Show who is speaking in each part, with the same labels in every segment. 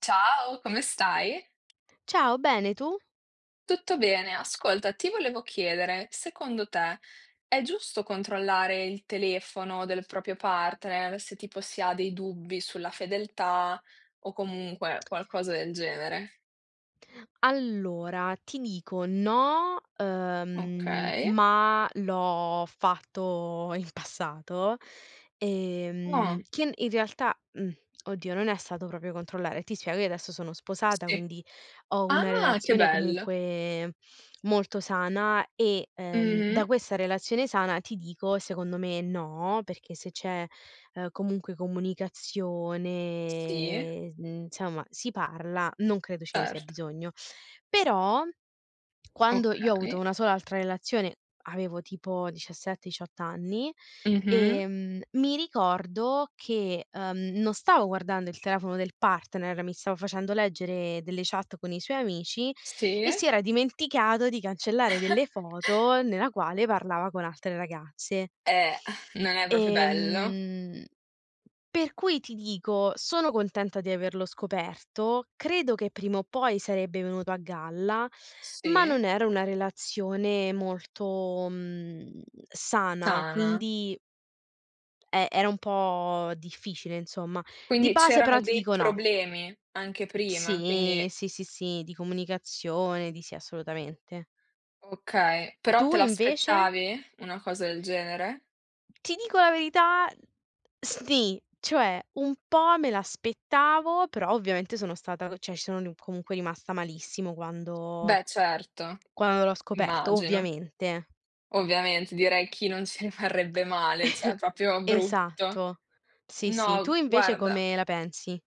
Speaker 1: Ciao, come stai?
Speaker 2: Ciao, bene tu?
Speaker 1: Tutto bene, ascolta, ti volevo chiedere, secondo te è giusto controllare il telefono del proprio partner se tipo si ha dei dubbi sulla fedeltà o comunque qualcosa del genere?
Speaker 2: Allora, ti dico no,
Speaker 1: Okay.
Speaker 2: ma l'ho fatto in passato,
Speaker 1: Ah,
Speaker 2: che n in realtà oddio, non è stato proprio controllare. Ti spiego, io adesso sono sposata,
Speaker 1: sì.
Speaker 2: quindi ho una
Speaker 1: Ah, che
Speaker 2: relazione
Speaker 1: bello.
Speaker 2: comunque molto sana e,
Speaker 1: Mh-mh.
Speaker 2: da questa relazione sana ti dico, secondo me no, perché se c'è, comunque
Speaker 1: Sì,
Speaker 2: comunicazione, insomma si parla, non credo ce ne sia
Speaker 1: certo.
Speaker 2: bisogno. Però, quando io ho avuto
Speaker 1: Okay.
Speaker 2: una sola altra relazione, avevo tipo 17, 18 anni,
Speaker 1: Mh-mh.
Speaker 2: mi ricordo che, non stavo guardando il telefono del partner, mi stavo facendo leggere delle chat con i suoi amici
Speaker 1: Sì.
Speaker 2: e si era dimenticato di cancellare delle foto nella quale parlava con altre ragazze.
Speaker 1: Eh, non è proprio bello.
Speaker 2: Ehm per cui ti dico, sono contenta di averlo scoperto, credo che prima o poi sarebbe venuto a galla, ma
Speaker 1: Sì.
Speaker 2: non era una relazione molto, sana,
Speaker 1: Tana.
Speaker 2: quindi e era un po' difficile insomma. Di
Speaker 1: Quindi
Speaker 2: base però
Speaker 1: c'erano
Speaker 2: ti
Speaker 1: dei
Speaker 2: dico no.
Speaker 1: problemi anche prima,
Speaker 2: Sì,
Speaker 1: quindi
Speaker 2: sì, sì, sì, di comunicazione, di sì assolutamente.
Speaker 1: okay. Però te
Speaker 2: Tu invece?
Speaker 1: l'aspettavi una cosa del genere?
Speaker 2: Ti dico la verità, sni, cioè un po' me l'aspettavo, però ovviamente sono stata cioè ci sono ri comunque rimasta malissimo quando
Speaker 1: Beh certo,
Speaker 2: quando l'ho scoperto,
Speaker 1: immagino.
Speaker 2: ovviamente.
Speaker 1: Ovviamente direi chi non ci rimarrebbe male, cioè proprio brutto.
Speaker 2: Esatto. Sì, sì. Tu
Speaker 1: No,
Speaker 2: invece
Speaker 1: guarda.
Speaker 2: come la pensi?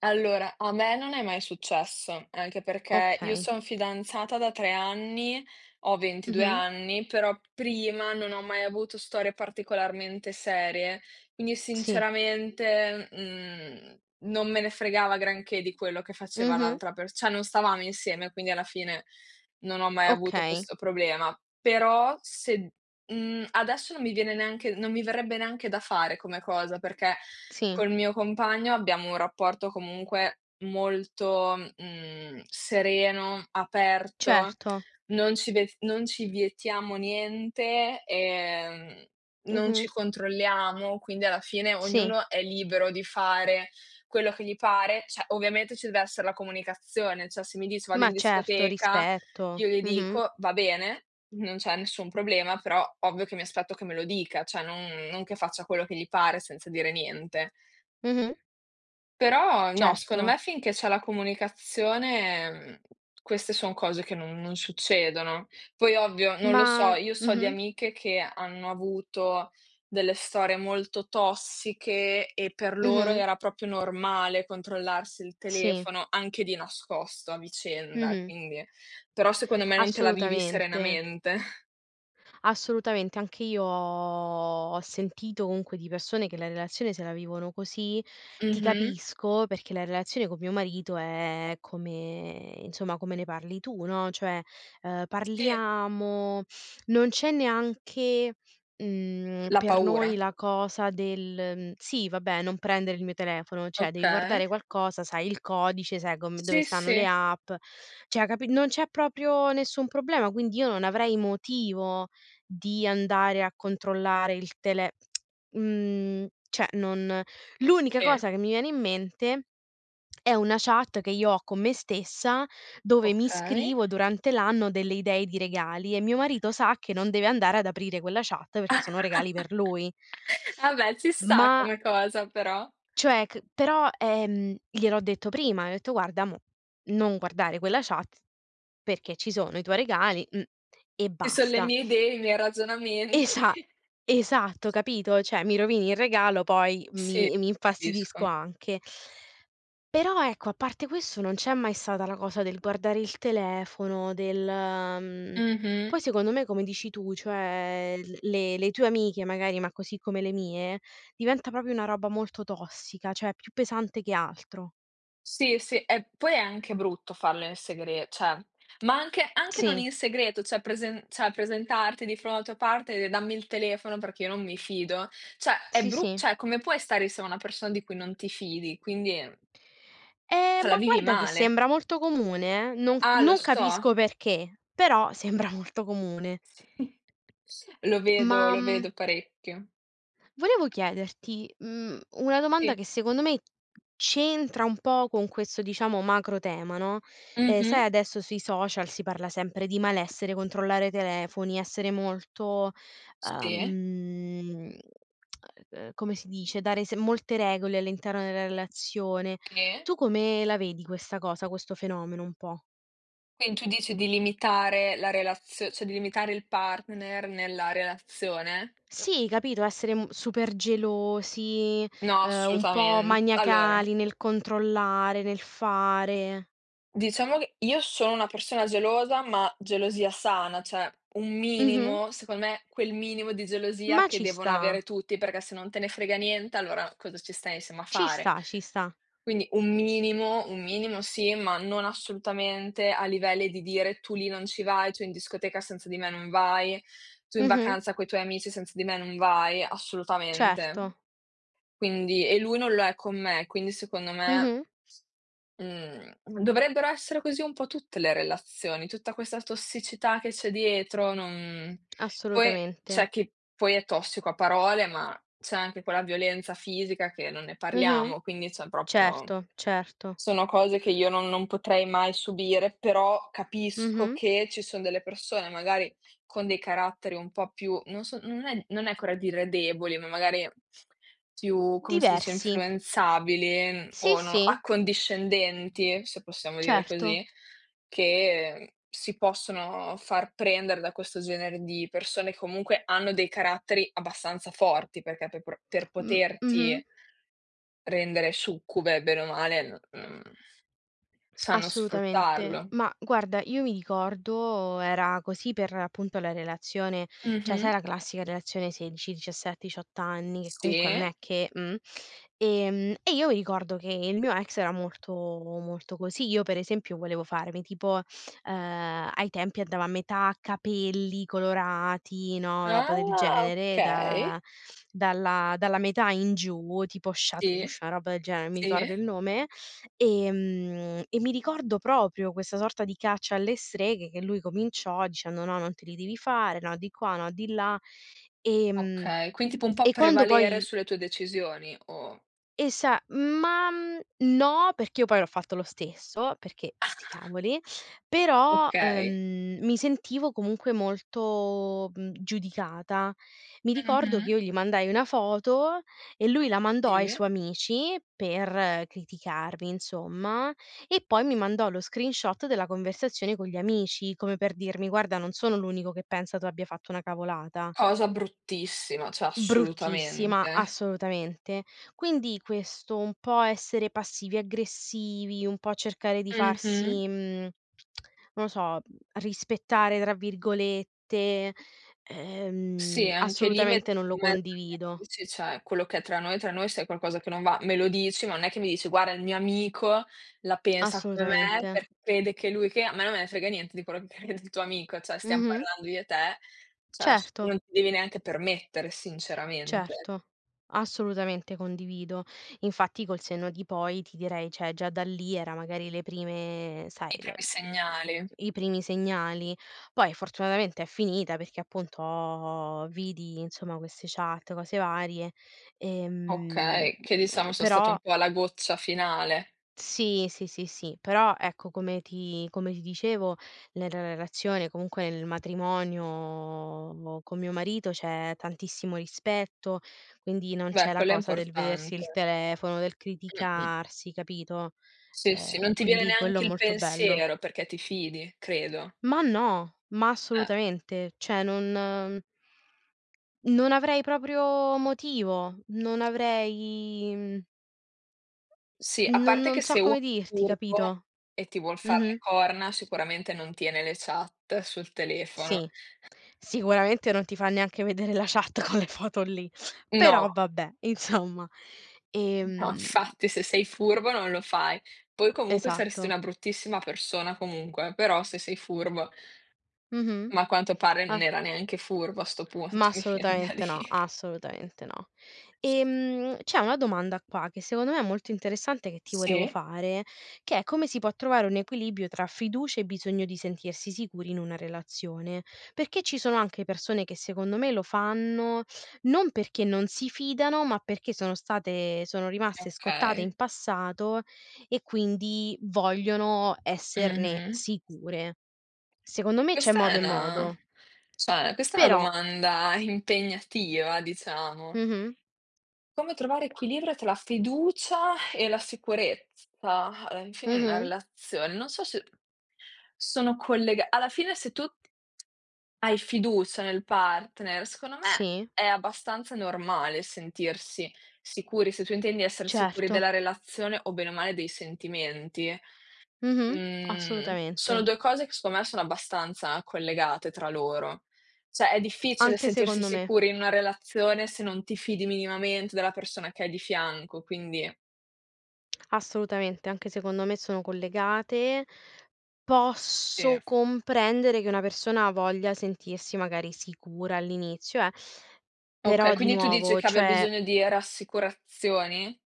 Speaker 1: Allora, a me non è mai successo, anche perché io
Speaker 2: Okay.
Speaker 1: son fidanzata da 3 anni, ho 22
Speaker 2: Mh-mh.
Speaker 1: anni, però prima non ho mai avuto storie particolarmente serie, quindi
Speaker 2: Sì.
Speaker 1: sinceramente, non me ne fregava granché di quello che faceva
Speaker 2: Mh-mh.
Speaker 1: l'altra per cioè non stavamo insieme, quindi alla fine non ho mai avuto
Speaker 2: Okay.
Speaker 1: questo problema. Però se adesso non mi viene neanche non mi verrebbe neanche da fare come cosa, perché
Speaker 2: Sì.
Speaker 1: col mio compagno abbiamo un rapporto comunque molto, sereno, aperto,
Speaker 2: Certo.
Speaker 1: non ci vietiamo niente, non ci
Speaker 2: Mh-mh.
Speaker 1: controlliamo, quindi alla fine
Speaker 2: Sì.
Speaker 1: ognuno è libero di fare quello che gli pare. Cioè, ovviamente ci deve essere la comunicazione, cioè se mi dice: "Vado in
Speaker 2: Ma certo,
Speaker 1: discoteca",
Speaker 2: rispetto.
Speaker 1: io gli
Speaker 2: Mh-mh.
Speaker 1: dico: "Va bene, non c'è nessun problema", però ovvio che mi aspetto che me lo dica, cioè non che faccia quello che gli pare senza dire niente.
Speaker 2: Mh-mh.
Speaker 1: Però no,
Speaker 2: Certo.
Speaker 1: secondo me finché c'è la comunicazione, queste son cose che non succedono. Poi ovvio, non lo so,
Speaker 2: Ma
Speaker 1: io so di
Speaker 2: mh-mh.
Speaker 1: amiche che hanno avuto delle storie molto tossiche e per loro
Speaker 2: Mh-mh.
Speaker 1: era proprio normale controllarsi il
Speaker 2: Sì.
Speaker 1: telefono, anche di nascosto a vicenda,
Speaker 2: Mh-mh.
Speaker 1: quindi però secondo me non te la vivi
Speaker 2: Assolutamente.
Speaker 1: serenamente.
Speaker 2: Assolutamente, anche io ho sentito comunque di persone che la relazione se la vivono così. Ti
Speaker 1: Mh-mh.
Speaker 2: capisco perché la relazione con mio marito è come insomma, come ne parli tu, no, cioè,
Speaker 1: Sì.
Speaker 2: parliamo, non c'è neanche,
Speaker 1: La
Speaker 2: per noi
Speaker 1: paura.
Speaker 2: la cosa del, mhmm: "Sì, vabbè, non prendere il mio telefono", cioè devi
Speaker 1: Okay.
Speaker 2: guardare qualcosa, sai il codice, sai com dove
Speaker 1: Sì,
Speaker 2: stanno
Speaker 1: sì.
Speaker 2: le app, cioè capi non c'è proprio nessun problema, quindi io non avrei motivo di andare a controllare il tele cioè non l'unica
Speaker 1: Sì,
Speaker 2: cosa che mi viene in mente è una chat che io ho con me stessa, dove mi
Speaker 1: okay.
Speaker 2: scrivo durante l'anno delle idee di regali e mio marito sa che non deve andare ad aprire quella chat perché sono regali per lui.
Speaker 1: Vabbè, ci sta
Speaker 2: Ma
Speaker 1: come cosa però.
Speaker 2: cioè c però, gliel'ho detto prima, gli ho detto: "Guarda mo, non guardare quella chat perché ci sono i tuoi regali, e
Speaker 1: Ci son le
Speaker 2: basta.
Speaker 1: mie idee, i miei ragionamenti.
Speaker 2: Esa esatto, capito? Cioè mi rovini il regalo, poi
Speaker 1: Sì,
Speaker 2: mi mi
Speaker 1: capisco.
Speaker 2: infastidisco anche. Però ecco, a parte questo non c'è mai stata la cosa del guardare il telefono, del
Speaker 1: Mh-mh.
Speaker 2: poi secondo me come dici tu, cioè l le tue amiche magari, ma così come le mie, diventa proprio una roba molto tossica, cioè più pesante che altro.
Speaker 1: Sì, sì, e poi è anche brutto farlo in segre cioè ma anche non
Speaker 2: Sì,
Speaker 1: in segreto, cioè presen cioè presentarti di fronte alla tua parte e dire: "Dammi il telefono perché io non mi fido." Cioè è
Speaker 2: sì,
Speaker 1: bru
Speaker 2: sì.
Speaker 1: cioè come puoi stare insieme a una persona di cui non ti fidi? Quindi cioè la
Speaker 2: Ma
Speaker 1: vivi
Speaker 2: guarda che
Speaker 1: male.
Speaker 2: sembra molto comune non c
Speaker 1: Ah, lo
Speaker 2: non
Speaker 1: so.
Speaker 2: capisco perché, però sembra molto comune.
Speaker 1: Sì. Lo vedo
Speaker 2: Ma,
Speaker 1: lo vedo parecchio.
Speaker 2: volevo chiederti, una domanda
Speaker 1: Sì.
Speaker 2: che secondo me c'entra un po' con questo, diciamo, macro tema, no,
Speaker 1: Mh-mh.
Speaker 2: sai adesso sui social si parla sempre di malessere, controllare i telefoni, essere molto,
Speaker 1: Sì,
Speaker 2: uhm, ehm, come si dice, dare se molte regole all'interno della relazione.
Speaker 1: sì.
Speaker 2: Tu come la vedi questa cosa, questo fenomeno un po'?
Speaker 1: Quindi tu dici di limitare la relazio cioè di limitare il partner nella relazione?
Speaker 2: Sì, capito, essere, super gelosi,
Speaker 1: No,
Speaker 2: un po'
Speaker 1: assolutamen allora,
Speaker 2: maniacali nel controllare, nel fare.
Speaker 1: diciamo che io sono una persona gelosa, ma gelosia sana, cioè un
Speaker 2: Mh-mh.
Speaker 1: minimo, secondo me quel minimo di gelosia
Speaker 2: Ma
Speaker 1: che
Speaker 2: ci
Speaker 1: devono
Speaker 2: sta,
Speaker 1: avere tutti, perché se non te ne frega niente, allora cosa ci stai insieme a
Speaker 2: ci
Speaker 1: fare?
Speaker 2: sta, ci sta.
Speaker 1: Quindi un minimo sì, ma non assolutamente a livelli di dire: "Tu lì non ci vai, tu in discoteca senza di me non vai, tu in
Speaker 2: Mh-mh.
Speaker 1: vacanza coi tuoi amici senza di me non vai", assolutamente.
Speaker 2: Certo.
Speaker 1: Quindi e lui non lo è con me, quindi secondo me
Speaker 2: Mh-mh.
Speaker 1: mhmm, dovrebbero essere così un po' tutte le relazioni, tutta questa tossicità che c'è dietro, non poi c'è
Speaker 2: Assolutamente.
Speaker 1: chi poi è tossico a parole, ma c'è anche quella violenza fisica che non ne
Speaker 2: Mh-mh.
Speaker 1: parliamo, quindi cioè proprio
Speaker 2: Certo, certo.
Speaker 1: sono cose che io non potrei mai subire, però capisco
Speaker 2: Mh-mh.
Speaker 1: che ci son delle persone magari con dei caratteri un po' più non so non è corretto dire deboli, ma magari più, come si dice,
Speaker 2: Diversi.
Speaker 1: influenzabili
Speaker 2: Sì,
Speaker 1: o no
Speaker 2: sì,
Speaker 1: accondiscendenti, se possiamo dire
Speaker 2: certo.
Speaker 1: così, che si possono far prendere da questo genere di persone che comunque hanno dei caratteri abbastanza forti, perché per pro per
Speaker 2: Mh, mh-mh.
Speaker 1: poterti rendere succube, bene o male, n mhmm sanno
Speaker 2: Assolutamente.
Speaker 1: sfruttarlo.
Speaker 2: Ma guarda, io mi ricordo era così per appunto la relazione, cioè sai
Speaker 1: Mh-mh.
Speaker 2: la classica relazione 16, 17, 18 anni, che comunque
Speaker 1: Sì.
Speaker 2: non è che e io mi ricordo che il mio ex era molto molto così. Io per esempio volevo farmi tipo, ai tempi andava a metà capelli colorati, no, roba del
Speaker 1: Ah,
Speaker 2: genere,
Speaker 1: okay.
Speaker 2: da dalla dalla metà in giù, tipo
Speaker 1: Sì,
Speaker 2: Chatouche, una roba del genere, non mi
Speaker 1: sì,
Speaker 2: ricordo il nome. E mi ricordo proprio questa sorta di caccia alle streghe che lui cominciò dicendo: "No, non te li devi fare, no di qua, no di là". Ehm,
Speaker 1: okay. Quindi tipo un po'
Speaker 2: e quando
Speaker 1: prevalere
Speaker 2: poi
Speaker 1: sulle tue decisioni o
Speaker 2: Esa ma, mhmm, no, perché io poi l'ho fatto lo stesso, perché sti cavoli, però,
Speaker 1: okay.
Speaker 2: mi sentivo comunque molto, giudicata. Mi ricordo che
Speaker 1: Mh-mh.
Speaker 2: io gli mandai una foto e lui la mandò ai
Speaker 1: Sì.
Speaker 2: suoi amici per criticarmi insomma, e poi mi mandò lo screenshot della conversazione con gli amici, come per dirmi: "Guarda, non sono l'unico che pensa tu abbia fatto una cavolata".
Speaker 1: Cosa bruttissima, cioè
Speaker 2: Bruttissima,
Speaker 1: assolutamente.
Speaker 2: assolutamente. Quindi questo un po' essere passivi aggressivi, un po' cercare di
Speaker 1: Mh-mh.
Speaker 2: farsi, non lo so, "rispettare" tra virgolette,
Speaker 1: Sì, anche lì mettermi
Speaker 2: assolutamente non lo
Speaker 1: in mezzo agli
Speaker 2: condivido,
Speaker 1: amici, cioè quello che è tra noi, se è qualcosa che non va me lo dici, ma non è che mi dici: "Guarda il mio amico la pensa come me
Speaker 2: assolutamente.
Speaker 1: perché crede che lui che" a me non me ne frega niente di quello che crede il tuo amico, cioè stiamo
Speaker 2: Mh-mh,
Speaker 1: parlando io e te, cioè s non
Speaker 2: certo.
Speaker 1: ti devi neanche permettere sinceramente.
Speaker 2: Certo, assolutamente condivido. Infatti col senno di poi ti direi, cioè già da lì era magari le prime sai
Speaker 1: I
Speaker 2: le
Speaker 1: primi segnali,
Speaker 2: i primi segnali. Poi fortunatamente è finita perché appunto ho vidi insomma queste chat, cose varie, ehm,
Speaker 1: okay, che diciamo sono stati
Speaker 2: però
Speaker 1: un po' la goccia finale.
Speaker 2: sì, sì, sì, sì, però ecco come ti dicevo nella relazione, comunque nel matrimonio con mio marito c'è tantissimo rispetto, quindi non
Speaker 1: Beh,
Speaker 2: c'è la
Speaker 1: quello è
Speaker 2: cosa del vedersi il
Speaker 1: importante.
Speaker 2: telefono, del
Speaker 1: Mh-mh.
Speaker 2: criticarsi, capito?
Speaker 1: Sì, sì, non ti viene
Speaker 2: Quindi quello è
Speaker 1: neanche il
Speaker 2: molto bello.
Speaker 1: pensiero perché ti fidi, credo.
Speaker 2: Ma no, ma
Speaker 1: Eh.
Speaker 2: assolutamente, cioè non non avrei proprio motivo, non avrei
Speaker 1: Sì, a
Speaker 2: non
Speaker 1: parte che
Speaker 2: non so
Speaker 1: se uno
Speaker 2: come
Speaker 1: è
Speaker 2: dirti,
Speaker 1: furbo
Speaker 2: capito?
Speaker 1: e ti vuol far le
Speaker 2: Mh-mh.
Speaker 1: corna, sicuramente non tiene le chat sul telefono.
Speaker 2: Sì, sicuramente non ti fa neanche vedere la chat con le foto lì, però
Speaker 1: No,
Speaker 2: vabbè insomma.
Speaker 1: no,
Speaker 2: Ehm,
Speaker 1: infatti se sei furbo non lo fai. Poi comunque saresti una
Speaker 2: esatto.
Speaker 1: bruttissima persona comunque, però se sei furbo,
Speaker 2: Mh-mh.
Speaker 1: ma a quanto pare non
Speaker 2: Ah,
Speaker 1: era neanche furbo a 'sto
Speaker 2: ma
Speaker 1: punto, mi vien da
Speaker 2: assolutamente no,
Speaker 1: dire.
Speaker 2: assolutamente no. C'è una domanda qua che secondo me è molto interessante che ti volevo
Speaker 1: Sì,
Speaker 2: fare, che è come si può trovare un equilibrio tra fiducia e bisogno di sentirsi sicuri in una relazione. Perché ci sono anche persone che secondo me lo fanno non perché non si fidano, ma perché sono state sono rimaste scottate in
Speaker 1: okay.
Speaker 2: passato e quindi vogliono esserne
Speaker 1: Mh-mh.
Speaker 2: sicure. Secondo me c'è
Speaker 1: Questa è
Speaker 2: modo e
Speaker 1: una
Speaker 2: modo,
Speaker 1: cioè questa è una
Speaker 2: però
Speaker 1: domanda impegnativa, diciamo.
Speaker 2: mh-mh,
Speaker 1: Come trovare equilibrio tra la fiducia e la sicurezza alla fine in una
Speaker 2: mh-mh.
Speaker 1: relazione? Non so se sono collega alla fine se tu hai fiducia nel partner, secondo me
Speaker 2: Sì,
Speaker 1: è abbastanza normale sentirsi sicuri, se tu intendi essere sicuri
Speaker 2: certo.
Speaker 1: della relazione o bene o male dei sentimenti.
Speaker 2: Mh-mh, assolutamente.
Speaker 1: Sono 2 cose che secondo me sono abbastanza collegate tra loro. Cioè è difficile
Speaker 2: Anche
Speaker 1: sentirsi
Speaker 2: secondo me,
Speaker 1: sicuri in una relazione se non ti fidi minimamente della persona che hai di fianco, quindi
Speaker 2: assolutamente, anche secondo me sono collegate.
Speaker 1: sì.
Speaker 2: Posso comprendere che una persona voglia sentirsi magari sicura all'inizio
Speaker 1: Okay,
Speaker 2: però di
Speaker 1: quindi tu dici
Speaker 2: nuovo,
Speaker 1: che abbia
Speaker 2: cioè
Speaker 1: bisogno di rassicurazioni?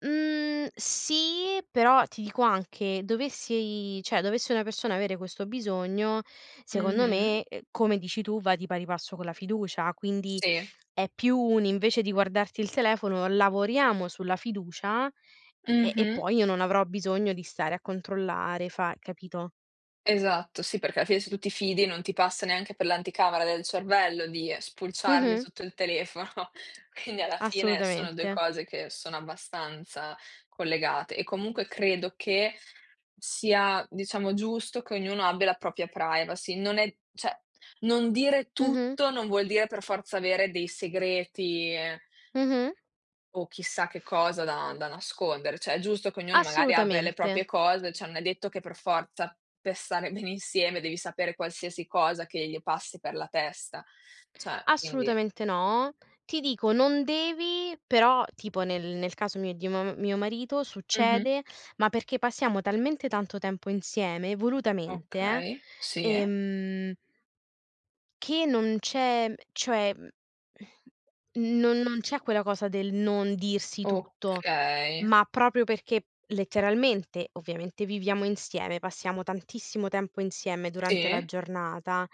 Speaker 2: mhmm, sì, però ti dico anche, dovessi cioè dovesse una persona avere questo bisogno, secondo
Speaker 1: Mh-mh.
Speaker 2: me, come dici tu, va di pari passo con la fiducia. Quindi
Speaker 1: Sì.
Speaker 2: è più un invece di guardarti il telefono, lavoriamo sulla fiducia e
Speaker 1: Mh-mh.
Speaker 2: poi io non avrò bisogno di stare a controllare, fa capito?
Speaker 1: Esatto, sì, perché alla fine se tu ti fidi non ti passa neanche per l'anticamera del cervello di spulciarli
Speaker 2: Mh-mh,
Speaker 1: tutto il telefono. Quindi alla fine sono 2
Speaker 2: assolutamente.
Speaker 1: cose che sono abbastanza collegate e comunque credo che sia, diciamo, giusto che ognuno abbia la propria privacy. Non è cioè non dire
Speaker 2: Mh-mh,
Speaker 1: tutto non vuol dire per forza avere dei segreti
Speaker 2: mh-mh,
Speaker 1: o chissà che cosa da nascondere, cioè è giusto che ognuno magari abbia le
Speaker 2: assolutamente.
Speaker 1: proprie cose, cioè non è detto che per forza per stare bene insieme devi sapere qualsiasi cosa che gli passi per la testa. Cioè quindi
Speaker 2: Assolutamente no. Ti dico, non devi però tipo nel nel caso mio e di mo mio marito
Speaker 1: mh-mh,
Speaker 2: succede, ma perché passiamo talmente tanto tempo insieme, volutamente
Speaker 1: okay, sì,
Speaker 2: eh, ehm, che non c'è cioè, non c'è quella cosa del non dirsi tutto,
Speaker 1: okay,
Speaker 2: ma proprio perché letteralmente, ovviamente viviamo insieme, passiamo tantissimo tempo insieme durante la
Speaker 1: sì,
Speaker 2: giornata,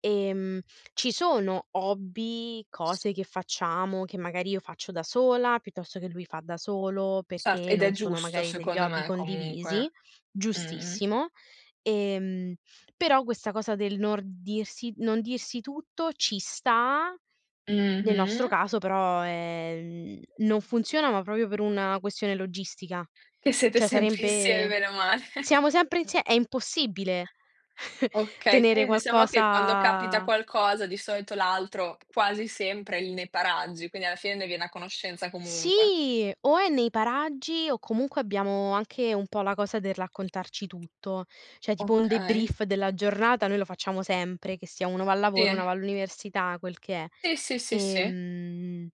Speaker 2: ehm, ci sono hobby,
Speaker 1: s
Speaker 2: cose che facciamo, che magari io faccio da sola, piuttosto che lui fa da solo,
Speaker 1: certo,
Speaker 2: perché
Speaker 1: ed è
Speaker 2: non sono
Speaker 1: giusto
Speaker 2: magari degli
Speaker 1: secondo
Speaker 2: hobby
Speaker 1: me
Speaker 2: condivisi,
Speaker 1: comunque. Mh-mh.
Speaker 2: giustissimo. Ehm però questa cosa del nor dirsi non dirsi tutto ci sta, nel
Speaker 1: Mh-mh.
Speaker 2: nostro caso però, non funziona, ma proprio per una questione logistica.
Speaker 1: Che siete
Speaker 2: Cioè
Speaker 1: sempre insieme
Speaker 2: sarebbe
Speaker 1: bene o male.
Speaker 2: siamo sempre insie è impossibile
Speaker 1: Okay,
Speaker 2: tenere
Speaker 1: quindi diciamo che quando capita
Speaker 2: qualcosa.
Speaker 1: qualcosa di solito l'altro quasi sempre il ne pareggi, quindi alla fine ne viene a conoscenza comunque.
Speaker 2: Sì, o è nei paraggi o comunque abbiamo anche un po' la cosa del raccontarci tutto, cioè tipo un
Speaker 1: Okay,
Speaker 2: debrief della giornata noi lo facciamo sempre, che sia uno va al lavoro, una
Speaker 1: sì.
Speaker 2: va all'università, quel che è.
Speaker 1: Sì, sì, sì, sì.
Speaker 2: Ehm,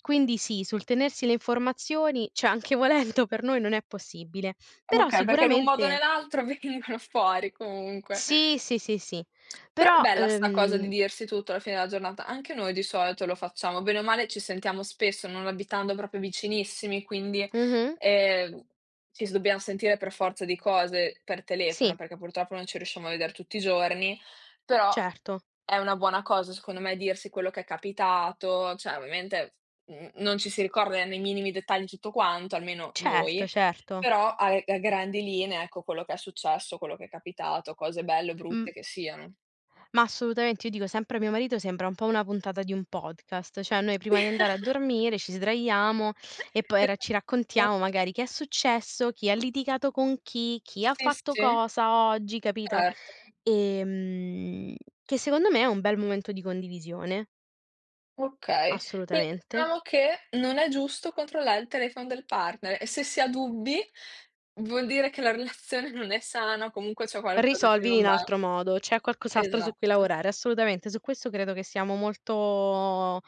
Speaker 2: quindi sì, sul tenersi le informazioni, cioè anche volendo per noi non è possibile, però
Speaker 1: Okay, perché in un modo o
Speaker 2: sicuramente
Speaker 1: nell'altro vengono fuori comunque.
Speaker 2: sì, sì, sì, sì,
Speaker 1: Però è
Speaker 2: però,
Speaker 1: bella sta cosa di dirsi tutto alla fine della giornata. Anche noi di solito lo facciamo, bene o male ci sentiamo spesso, non abitando proprio vicinissimi, quindi,
Speaker 2: mh-mh,
Speaker 1: ehm, ci s dobbiamo sentire per forza di cose per telefono,
Speaker 2: sì,
Speaker 1: perché purtroppo non ci riusciamo a vedere tutti i giorni, però
Speaker 2: certo,
Speaker 1: è una buona cosa secondo me dirsi quello che è capitato, cioè ovviamente, non ci si ricorda nei minimi dettagli tutto quanto, almeno
Speaker 2: certo,
Speaker 1: noi,
Speaker 2: certo.
Speaker 1: però a grandi linee, ecco, quello che è successo, quello che è capitato, cose belle o
Speaker 2: Mh.
Speaker 1: brutte che siano.
Speaker 2: Ma assolutamente, io dico sempre a mio marito sembra un po' una puntata di un podcast, cioè noi prima di andare a dormire ci sdraiamo e poi ra ci
Speaker 1: Esatto.
Speaker 2: raccontiamo magari che è successo, chi ha litigato con chi, chi ha
Speaker 1: Sì,
Speaker 2: fatto
Speaker 1: sì,
Speaker 2: cosa oggi, capito?
Speaker 1: certo.
Speaker 2: Ehm, che secondo me è un bel momento di condivisione,
Speaker 1: Okay. Quindi
Speaker 2: assolutamente.
Speaker 1: diciamo che non è giusto controllare il telefono del partner e se si ha dubbi vuol dire che la relazione non è sana o comunque c'è qualcosa che
Speaker 2: Risolvili
Speaker 1: non
Speaker 2: in
Speaker 1: va.
Speaker 2: altro modo, c'è qualcos'altro su cui
Speaker 1: Esatto.
Speaker 2: lavorare, assolutamente, su questo credo che siamo molto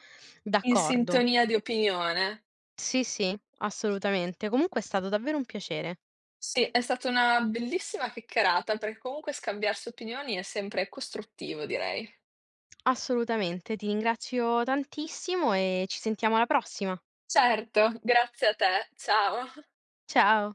Speaker 1: In
Speaker 2: d'accordo.
Speaker 1: sintonia di opinione.
Speaker 2: Sì, sì, assolutamente. Comunque è stato davvero un piacere.
Speaker 1: Sì, è stata una bellissima chiacchierata perché comunque scambiarsi opinioni è sempre costruttivo direi.
Speaker 2: Assolutamente, ti ringrazio tantissimo e ci sentiamo alla prossima.
Speaker 1: Certo, grazie a te. Ciao.
Speaker 2: Ciao.